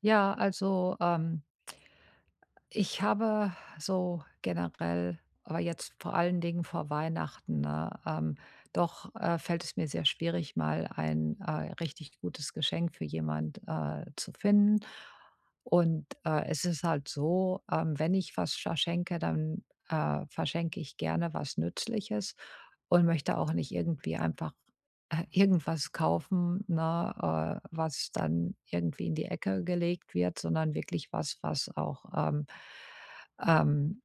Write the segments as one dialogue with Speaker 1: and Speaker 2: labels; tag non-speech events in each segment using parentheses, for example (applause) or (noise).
Speaker 1: Ja, also, ähm, ich habe so generell, aber jetzt vor allen Dingen vor Weihnachten, ne, doch, fällt es mir sehr schwierig, mal ein, richtig gutes Geschenk für jemand, zu finden. Und, es ist halt so, wenn ich was verschenke, dann, verschenke ich gerne was Nützliches und möchte auch nicht irgendwie einfach irgendwas kaufen, ne, was dann irgendwie in die Ecke gelegt wird, sondern wirklich was, was auch ähm,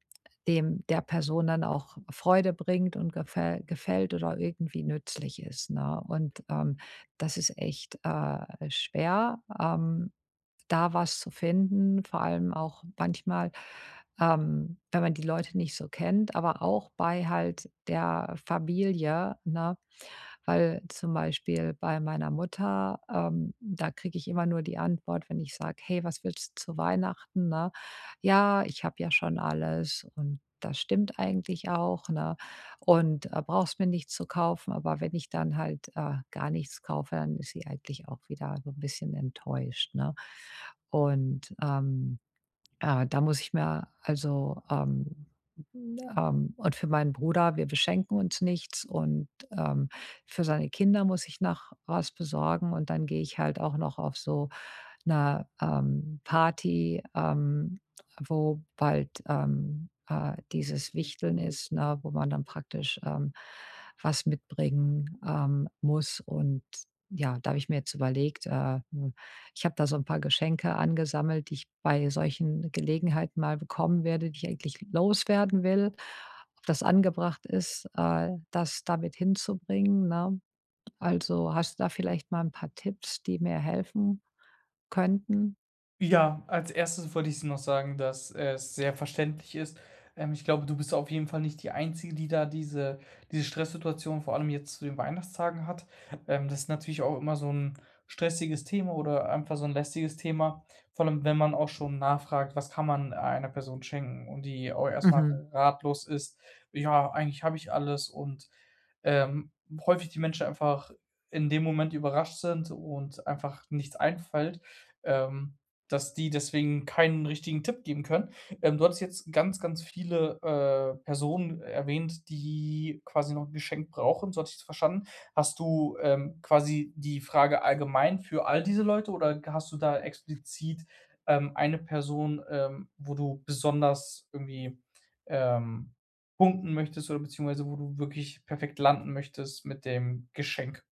Speaker 1: dem der Person dann auch Freude bringt und gefällt oder irgendwie nützlich ist, ne? Und, das ist echt, schwer. Da was zu finden, vor allem auch manchmal, wenn man die Leute nicht so kennt, aber auch bei halt der Familie, ne? Weil zum Beispiel bei meiner Mutter, da kriege ich immer nur die Antwort, wenn ich sage: „Hey, was willst du zu Weihnachten“, ne? „Ja, ich habe ja schon alles“, und das stimmt eigentlich auch, ne? Und, brauchst mir nichts zu kaufen. Aber wenn ich dann halt, gar nichts kaufe, dann ist sie eigentlich auch wieder so ein bisschen enttäuscht, ne? Und, ähm, Da muss ich mir und für meinen Bruder, wir beschenken uns nichts, und, für seine Kinder muss ich noch was besorgen, und dann gehe ich halt auch noch auf so eine Party, wo bald, dieses Wichteln ist, ne, wo man dann praktisch, was mitbringen, muss. Und ja, da habe ich mir jetzt überlegt, ich habe da so ein paar Geschenke angesammelt, die ich bei solchen Gelegenheiten mal bekommen werde, die ich eigentlich loswerden will. Ob das angebracht ist, das damit hinzubringen, ne? Also, hast du da vielleicht mal ein paar Tipps, die mir helfen könnten?
Speaker 2: Ja, als Erstes wollte ich noch sagen, dass es sehr verständlich ist. Ich glaube, du bist auf jeden Fall nicht die Einzige, die da diese Stresssituation vor allem jetzt zu den Weihnachtstagen hat. Das ist natürlich auch immer so ein stressiges Thema oder einfach so ein lästiges Thema, vor allem, wenn man auch schon nachfragt: „Was kann man einer Person schenken?“ und die auch erstmal
Speaker 1: Mhm.
Speaker 2: ratlos ist: „Ja, eigentlich habe ich alles“ und, ähm, häufig die Menschen einfach in dem Moment überrascht sind und einfach nichts einfällt. Ähm, dass die deswegen keinen richtigen Tipp geben können. Du hattest jetzt ganz, ganz viele, Personen erwähnt, die quasi noch 'n Geschenk brauchen, so hatte ich es verstanden. Hast du, quasi die Frage allgemein für all diese Leute oder hast du da explizit, eine Person, wo du besonders irgendwie, ähm, punkten möchtest oder beziehungsweise wo du wirklich perfekt landen möchtest mit dem Geschenk?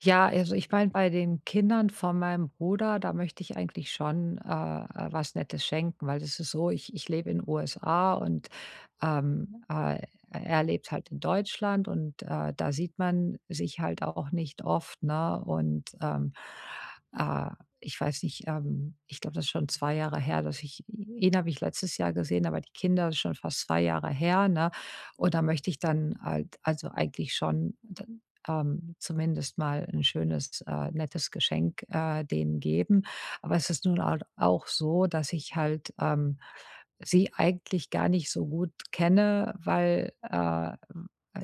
Speaker 1: Ja, also, ich meine, bei den Kindern von meinem Bruder, da möchte ich eigentlich schon, was Nettes schenken, weil es ist so, ich lebe in USA, und ähm, äh, er lebt halt in Deutschland, und, da sieht man sich halt auch nicht oft, ne? Und, äh, ich weiß nicht, ich glaube, das ist schon 2 Jahre her, dass ich ihn habe ich letztes Jahr gesehen, aber die Kinder ist schon fast 2 Jahre her, ne? Und da möchte ich dann halt also eigentlich schon d zumindest mal ein schönes, nettes Geschenk, denen geben. Aber es ist nun halt auch so, dass ich halt sie eigentlich gar nicht so gut kenne, weil,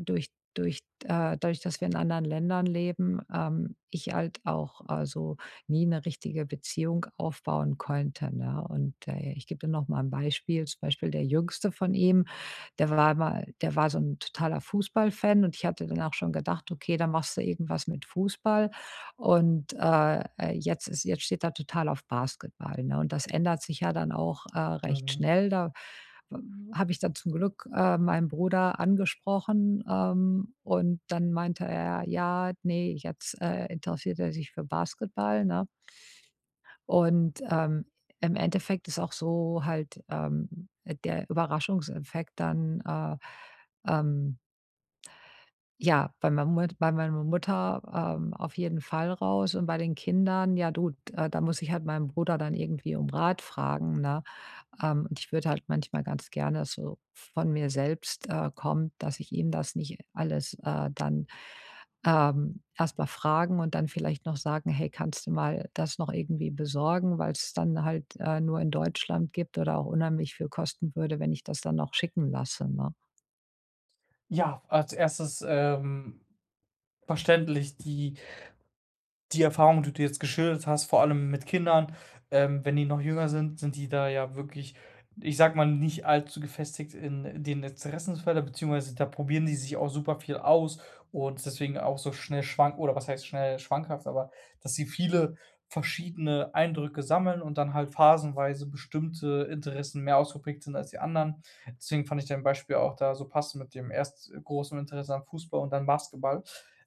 Speaker 1: durch durch dadurch, dass wir in anderen Ländern leben, ich halt auch, so nie eine richtige Beziehung aufbauen konnte, ne? Und, ich gebe dir noch mal ein Beispiel, zum Beispiel der Jüngste von ihm, der war so ein totaler Fußballfan, und ich hatte dann auch schon gedacht: „Okay, da machst du irgendwas mit Fußball.“ Und, jetzt steht er total auf Basketball, ne? Und das ändert sich ja dann auch, recht
Speaker 2: Mhm.
Speaker 1: schnell. Da habe ich dann zum Glück, meinen Bruder angesprochen, und dann meinte er: „Ja, nee, jetzt, interessiert er sich für Basketball“, ne? Und, im Endeffekt ist auch so halt, der Überraschungseffekt dann, ähm ja, bei meiner Mut bei meiner Mutter, auf jeden Fall raus, und bei den Kindern, ja du, da muss ich halt meinen Bruder dann irgendwie um Rat fragen, ne? Und ich würde halt manchmal ganz gerne, dass so von mir selbst, kommt, dass ich ihm das nicht alles, dann, erst mal fragen und dann vielleicht noch sagen: „Hey, kannst du mal das noch irgendwie besorgen?“, weil es dann halt, nur in Deutschland gibt oder auch unheimlich viel kosten würde, wenn ich das dann noch schicken lasse, ne?
Speaker 2: Ja, als erstes verständlich die Erfahrung, die du jetzt geschildert hast, vor allem mit Kindern, wenn die noch jünger sind, sind die da ja wirklich, ich sag mal, nicht allzu gefestigt in den Interessensfeldern, beziehungsweise da probieren die sich auch super viel aus und deswegen auch so schnell schwank, oder was heißt schnell schwankhaft, aber dass sie viele verschiedene Eindrücke sammeln und dann halt phasenweise bestimmte Interessen mehr ausgeprägt sind als die anderen. Deswegen fand ich dein Beispiel auch da so passend mit dem erst großen Interesse an Fußball und dann Basketball.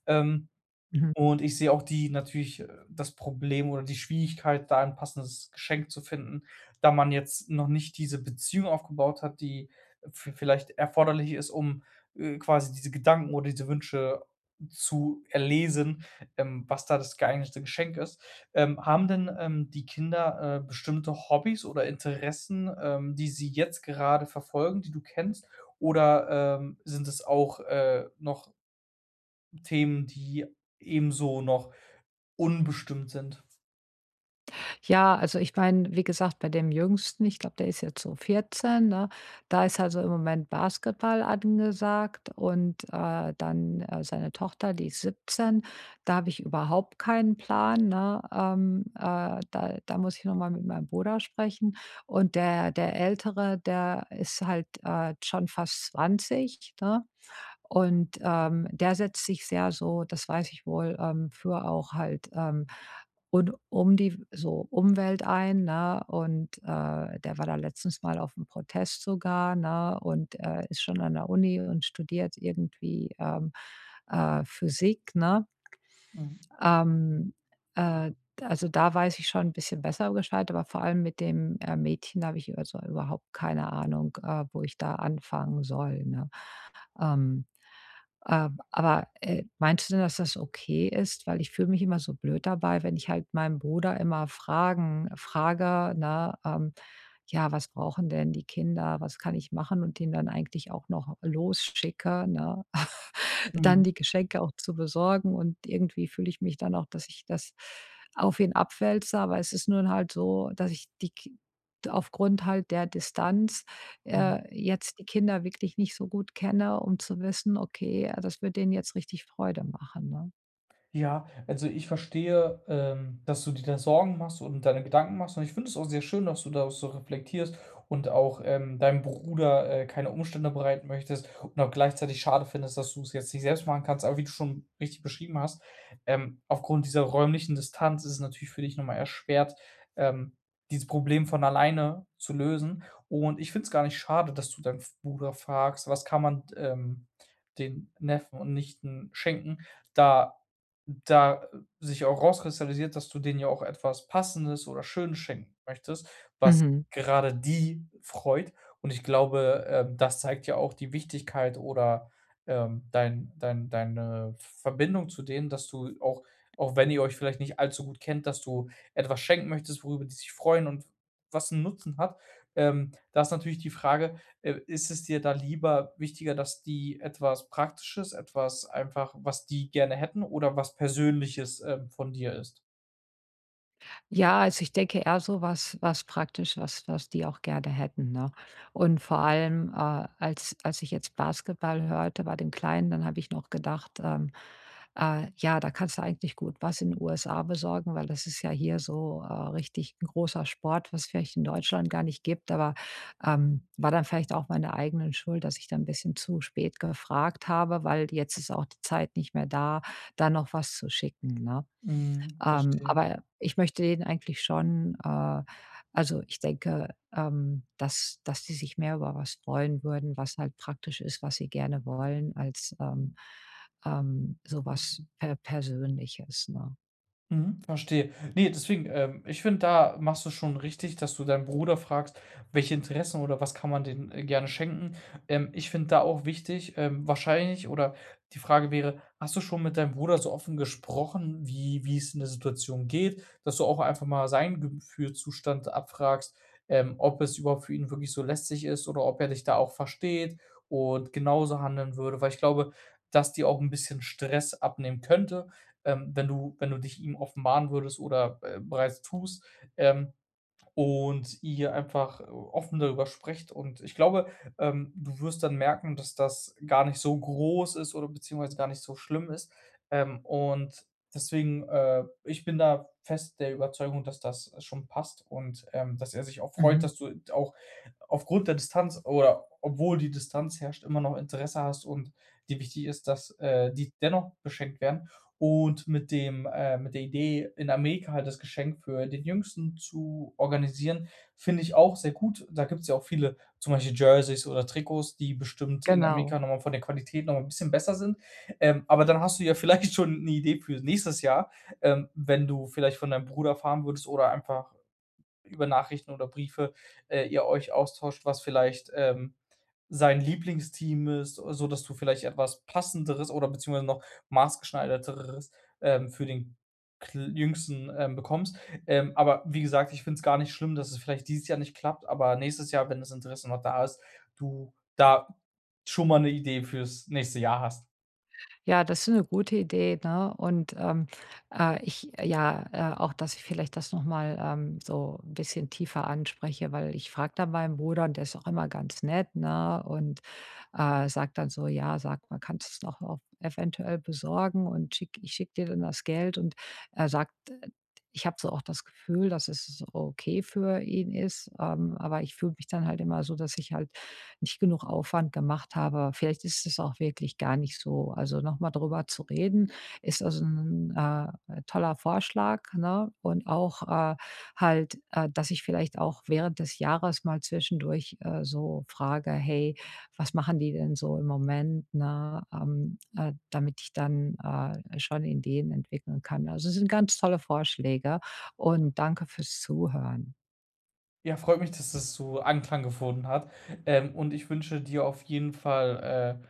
Speaker 2: Ähm,
Speaker 1: Mhm.
Speaker 2: und ich sehe auch die natürlich, das Problem oder die Schwierigkeit, da ein passendes Geschenk zu finden, da man jetzt noch nicht diese Beziehung aufgebaut hat, die v vielleicht erforderlich ist, um, quasi diese Gedanken oder diese Wünsche zu erlesen, was da das geeignete Geschenk ist. Haben denn, die Kinder, bestimmte Hobbys oder Interessen, die sie jetzt gerade verfolgen, die du kennst? Oder, sind es auch, noch Themen, die ebenso noch unbestimmt sind.
Speaker 1: Ja, also ich meine, wie gesagt, bei dem Jüngsten, ich glaube, der ist jetzt so 14, ne? Da ist also im Moment Basketball angesagt. Und dann seine Tochter, die ist 17. Da habe ich überhaupt keinen Plan, ne? Da, da muss ich nochmal mit meinem Bruder sprechen. Und der, der Ältere, der ist halt schon fast 20, ne? Und, der setzt sich sehr so, das weiß ich wohl, für auch halt, und um die so Umwelt ein, ne? Und, der war da letztens mal auf dem Protest sogar, ne, und, ist schon an der Uni und studiert irgendwie, Physik, ne?
Speaker 2: Mhm.
Speaker 1: Ähm, äh, also, da weiß ich schon ein bisschen besser Bescheid, aber vor allem mit dem, Mädchen habe ich also überhaupt keine Ahnung, wo ich da anfangen soll, ne? Ähm, aber, meinst du denn, dass das okay ist? Weil ich fühle mich immer so blöd dabei, wenn ich halt meinem Bruder immer Fragen frage, ne, „Ja, was brauchen denn die Kinder? Was kann ich machen?“ Und den dann eigentlich auch noch losschicke, ne, (laughs)
Speaker 2: Mhm,
Speaker 1: dann die Geschenke auch zu besorgen. Und irgendwie fühle ich mich dann auch, dass ich das auf ihn abwälze. Aber es ist nun halt so, dass ich die Ki aufgrund halt der Distanz
Speaker 2: mhm.
Speaker 1: jetzt die Kinder wirklich nicht so gut kenne, um zu wissen: „Okay, das wird denen jetzt richtig Freude machen“, ne?
Speaker 2: Ja, also ich verstehe, dass du dir da Sorgen machst und deine Gedanken machst. Und ich finde es auch sehr schön, dass du da so reflektierst und auch deinem Bruder keine Umstände bereiten möchtest und auch gleichzeitig schade findest, dass du es jetzt nicht selbst machen kannst. Aber wie du schon richtig beschrieben hast, aufgrund dieser räumlichen Distanz ist es natürlich für dich nochmal erschwert, ähm, dieses Problem von alleine zu lösen. Und ich finde es gar nicht schade, dass du deinen Bruder fragst, was kann man den Neffen und Nichten schenken, da da sich auch rauskristallisiert, dass du denen ja auch etwas Passendes oder Schönes schenken möchtest, was
Speaker 1: Mhm.
Speaker 2: gerade die freut. Und ich glaube, das zeigt ja auch die Wichtigkeit oder, dein deine Verbindung zu denen, dass du auch auch wenn ihr euch vielleicht nicht allzu gut kennt, dass du etwas schenken möchtest, worüber die sich freuen und was 'n Nutzen hat. Da ist natürlich die Frage, ist es dir da lieber wichtiger, dass die etwas Praktisches, etwas einfach was die gerne hätten oder was Persönliches, von dir ist?
Speaker 1: Ja, also ich denke eher so was, praktisch, was was die auch gerne hätten, ne? Und vor allem, als ich jetzt Basketball hörte bei dem Kleinen, dann habe ich noch gedacht, ja, da kannst du eigentlich gut was in USA besorgen, weil das ist ja hier so, richtig 'n großer Sport, was vielleicht in Deutschland gar nicht gibt. Aber, war dann vielleicht auch meine eigene Schuld, dass ich da ein bisschen zu spät gefragt habe, weil jetzt ist auch die Zeit nicht mehr da, da noch was zu schicken, ne?
Speaker 2: Mhm, verstehe.
Speaker 1: Aber ich möchte denen eigentlich schon, also, ich denke, dass die sich mehr über was freuen würden, was halt praktisch ist, was sie gerne wollen, als, so Persönliches, ne?
Speaker 2: Mhm, verstehe. Ne, deswegen, ich finde, da machst du schon richtig, dass du deinen Bruder fragst, welche Interessen oder was kann man denen, gerne schenken. Ich finde da auch wichtig, wahrscheinlich oder die Frage wäre, hast du schon mit deinem Bruder so offen gesprochen, wie es in der Situation geht, dass du auch einfach mal seinen Gefühlszustand abfragst, ob es überhaupt für ihn wirklich so lästig ist oder ob er dich da auch versteht und genauso handeln würde? Weil ich glaube, dass dir auch ein bisschen Stress abnehmen könnte, wenn du wenn du dich ihm offenbaren würdest oder, bereits tust, ähm, und ihr einfach offen darüber sprecht. Und ich glaube, du wirst dann merken, dass das gar nicht so groß ist oder beziehungsweise gar nicht so schlimm ist. Und deswegen, ich bin da fest der Überzeugung, dass das schon passt und, dass er sich auch freut,
Speaker 1: Mhm,
Speaker 2: dass du auch aufgrund der Distanz oder obwohl die Distanz herrscht, immer noch Interesse hast und dir wichtig ist, dass, die dennoch beschenkt werden und mit dem mit der Idee, in Amerika halt das Geschenk für den Jüngsten zu organisieren, finde ich auch sehr gut. Da gibt's ja auch viele zum Beispiel Jerseys oder Trikots, die bestimmt in
Speaker 1: genau.
Speaker 2: Amerika nochmal von der Qualität nochmal ein bisschen besser sind. Aber dann hast du ja (laughs) vielleicht schon eine Idee für nächstes Jahr, wenn du vielleicht von deinem Bruder erfahren würdest oder einfach über Nachrichten oder Briefe, ihr euch austauscht, was vielleicht, sein Lieblingsteam ist, so dass du vielleicht etwas Passenderes oder beziehungsweise noch maßgeschneiderteres, für den kl Jüngsten, bekommst. Aber wie gesagt, ich finde es gar nicht schlimm, dass es vielleicht dieses Jahr nicht klappt, aber nächstes Jahr, wenn das Interesse noch da ist, du da schon mal eine Idee fürs nächste Jahr hast.
Speaker 1: Ja, das ist eine gute Idee, ne? Und, ich ja, auch, dass ich vielleicht das noch mal, so ein bisschen tiefer anspreche, weil ich frage dann meinen Bruder und der ist auch immer ganz nett, ne? Und, sage dann so: „Ja, sag mal, kannst du es noch auch eventuell besorgen, und schicke dir dann das Geld.“ Und er sagt, ich habe so auch das Gefühl, dass es so okay für ihn ist, aber ich fühle mich dann halt immer so, dass ich halt nicht genug Aufwand gemacht habe. Aber vielleicht ist es auch wirklich gar nicht so. Also nochmal mal drüber zu reden, ist also ein toller Vorschlag, ne? Und auch, halt, dass ich vielleicht auch während des Jahres mal zwischendurch, so frage: „Hey, was machen die denn so im Moment“, ne? Damit ich dann, schon Ideen entwickeln kann. Also, es sind ganz tolle Vorschläge, und danke fürs Zuhören.
Speaker 2: Ja, freut mich, dass das so Anklang gefunden hat, und ich wünsche dir auf jeden Fall,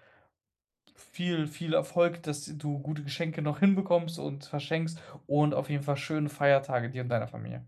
Speaker 2: viel, viel Erfolg, dass du gute Geschenke noch hinbekommst und verschenkst und auf jeden Fall schöne Feiertage dir und deiner Familie.